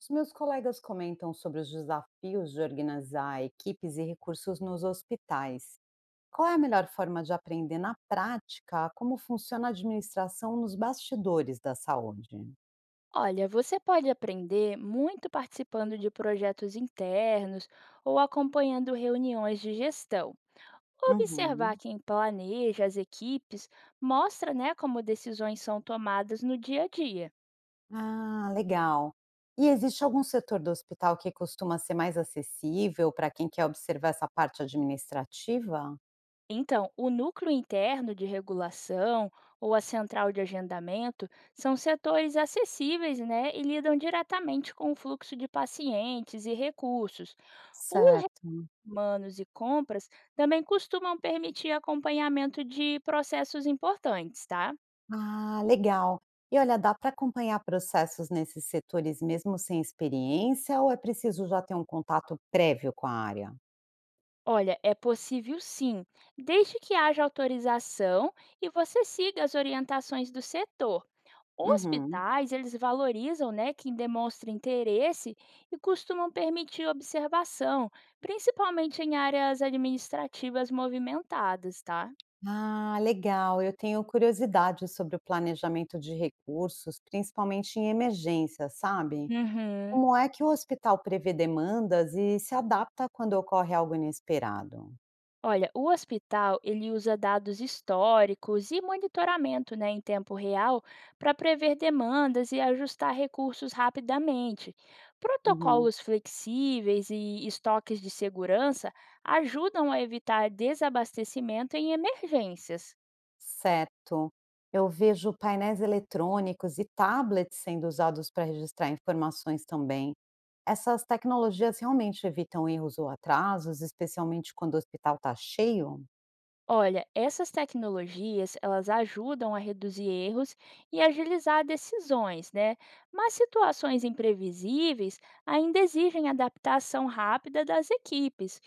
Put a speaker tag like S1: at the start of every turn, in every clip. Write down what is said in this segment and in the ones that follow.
S1: Os meus colegas comentam sobre os desafios de organizar equipes e recursos nos hospitais. Qual é a melhor forma de aprender na prática como funciona a administração nos bastidores da saúde?
S2: Olha, você pode aprender muito participando de projetos internos ou acompanhando reuniões de gestão. Observar
S1: Uhum.
S2: quem planeja as equipes mostra, né, como decisões são tomadas no dia a dia.
S1: Ah, legal. E existe algum setor do hospital que costuma ser mais acessível para quem quer observar essa parte administrativa?
S2: Então, o núcleo interno de regulação ou a central de agendamento são setores acessíveis, né, e lidam diretamente com o fluxo de pacientes e recursos. O
S1: Certo.
S2: humanos e compras também costumam permitir acompanhamento de processos importantes, tá?
S1: Ah, legal. E olha, dá para acompanhar processos nesses setores mesmo sem experiência ou é preciso já ter um contato prévio com a área?
S2: Olha, é possível sim, desde que haja autorização e você siga as orientações do setor.
S1: Uhum.
S2: Hospitais, eles valorizam, né, quem demonstra interesse e costumam permitir observação, principalmente em áreas administrativas movimentadas, tá?
S1: Ah, legal. Eu tenho curiosidade sobre o planejamento de recursos, principalmente em emergência, sabe?
S2: Uhum.
S1: Como é que o hospital prevê demandas e se adapta quando ocorre algo inesperado?
S2: Olha, o hospital ele usa dados históricos e monitoramento, né, em tempo real para prever demandas e ajustar recursos rapidamente.
S1: Uhum.
S2: Protocolos flexíveis e estoques de segurança ajudam a evitar desabastecimento em emergências.
S1: Certo. Eu vejo painéis eletrônicos e tablets sendo usados para registrar informações também. Essas tecnologias realmente evitam erros ou atrasos, especialmente quando o hospital está cheio?
S2: Olha, essas tecnologias, elas ajudam a reduzir erros e agilizar decisões, né? Mas situações imprevisíveis ainda exigem adaptação rápida das equipes.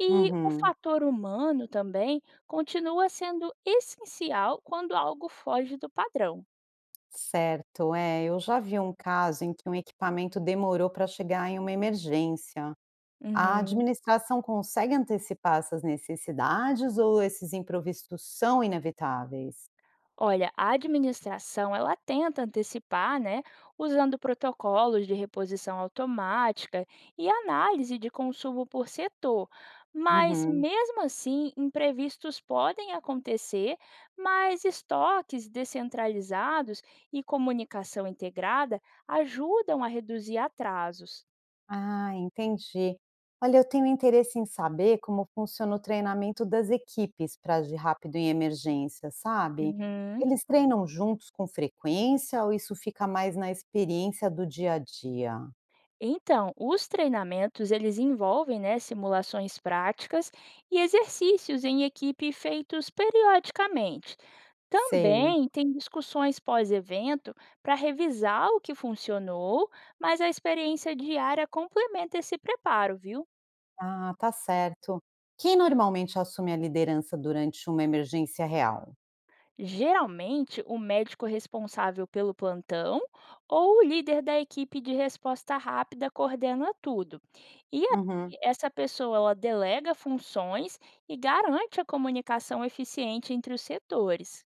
S2: E o
S1: Uhum,
S2: fator humano também continua sendo essencial quando algo foge do padrão.
S1: certo. É, eu já vi um caso em que um equipamento demorou para chegar em uma emergência. A
S2: Uhum.
S1: administração consegue antecipar essas necessidades ou esses imprevistos são inevitáveis?
S2: Olha, a administração ela tenta antecipar, né, usando protocolos de reposição automática e análise de consumo por setor. Mas
S1: Uhum.
S2: mesmo assim, imprevistos podem acontecer, mas estoques descentralizados e comunicação integrada ajudam a reduzir atrasos.
S1: Ah, entendi. Olha, eu tenho interesse em saber como funciona o treinamento das equipes para agir rápido em emergência, sabe?
S2: Uhum.
S1: Eles treinam juntos com frequência ou isso fica mais na experiência do dia a dia?
S2: Então, os treinamentos eles envolvem, né, simulações práticas e exercícios em equipe feitos periodicamente.
S1: Sei.
S2: Também tem discussões pós-evento para revisar o que funcionou, mas a experiência diária complementa esse preparo, viu?
S1: Ah, tá certo. Quem normalmente assume a liderança durante uma emergência real?
S2: Geralmente, o médico responsável pelo plantão ou o líder da equipe de resposta rápida coordena tudo. E
S1: Uhum.
S2: aí, essa pessoa ela delega funções e garante a comunicação eficiente entre os setores.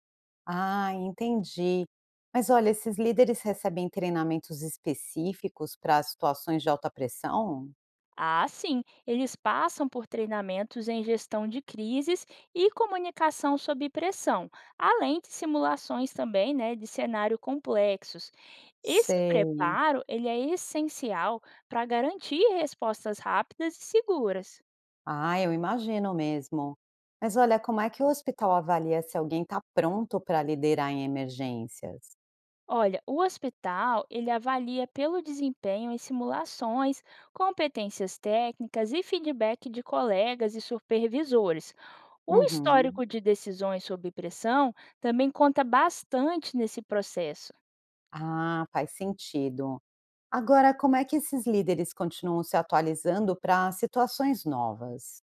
S1: Ah, entendi. Mas olha, esses líderes recebem treinamentos específicos para situações de alta pressão?
S2: Ah, sim, eles passam por treinamentos em gestão de crises e comunicação sob pressão, além de simulações também, né, de cenário complexos. Esse
S1: Sei.
S2: preparo, ele é essencial para garantir respostas rápidas e seguras.
S1: Ah, eu imagino mesmo. Mas olha, como é que o hospital avalia se alguém está pronto para liderar em emergências?
S2: Olha, o hospital, ele avalia pelo desempenho em simulações, competências técnicas e feedback de colegas e supervisores. O
S1: Uhum.
S2: histórico de decisões sob pressão também conta bastante nesse processo.
S1: Ah, faz sentido. Agora, como é que esses líderes continuam se atualizando para situações novas?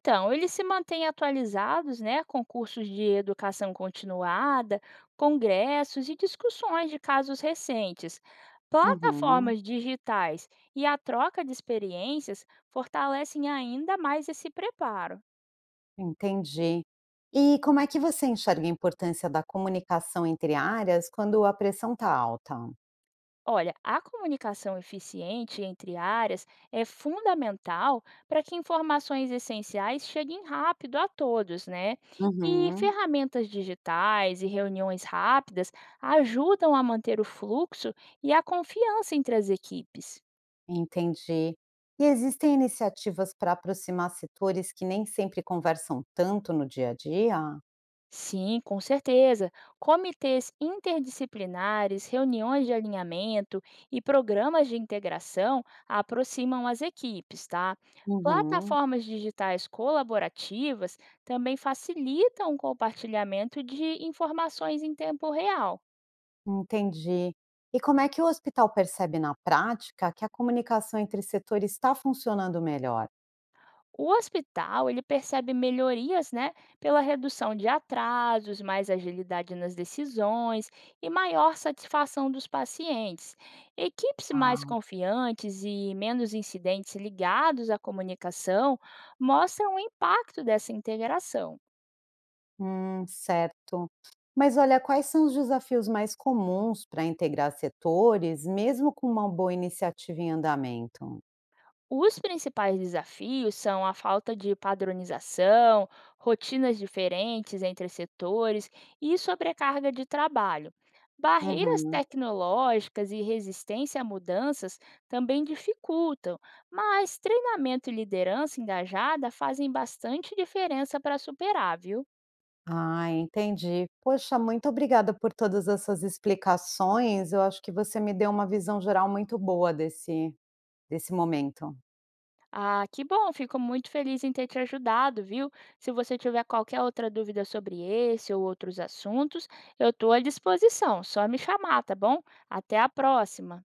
S2: Então, eles se mantêm atualizados, né, com cursos de educação continuada, congressos e discussões de casos recentes.
S1: Uhum.
S2: Plataformas digitais e a troca de experiências fortalecem ainda mais esse preparo.
S1: Entendi. E como é que você enxerga a importância da comunicação entre áreas quando a pressão está alta?
S2: Olha, a comunicação eficiente entre áreas é fundamental para que informações essenciais cheguem rápido a todos, né? E
S1: Uhum.
S2: ferramentas digitais e reuniões rápidas ajudam a manter o fluxo e a confiança entre as equipes.
S1: Entendi. E existem iniciativas para aproximar setores que nem sempre conversam tanto no dia a dia?
S2: Sim, com certeza. Comitês interdisciplinares, reuniões de alinhamento e programas de integração aproximam as equipes, tá?
S1: Uhum,
S2: Plataformas digitais colaborativas também facilitam o compartilhamento de informações em tempo real.
S1: entendi. E como é que o hospital percebe na prática que a comunicação entre setores está funcionando melhor?
S2: O hospital, ele percebe melhorias, né, pela redução de atrasos, mais agilidade nas decisões e maior satisfação dos pacientes. Equipes mais
S1: Tá.
S2: confiantes e menos incidentes ligados à comunicação mostram o impacto dessa integração.
S1: Certo. Mas olha, quais são os desafios mais comuns para integrar setores, mesmo com uma boa iniciativa em andamento?
S2: Os principais desafios são a falta de padronização, rotinas diferentes entre setores e sobrecarga de trabalho. Barreiras
S1: Uhum.
S2: tecnológicas e resistência a mudanças também dificultam, mas treinamento e liderança engajada fazem bastante diferença para superar, viu?
S1: Ah, entendi. Poxa, muito obrigada por todas essas explicações. Eu acho que você me deu uma visão geral muito boa desse momento.
S2: Ah, que bom, fico muito feliz em ter te ajudado, viu? Se você tiver qualquer outra dúvida sobre esse ou outros assuntos, eu estou à disposição, só me chamar, tá bom? Até a próxima!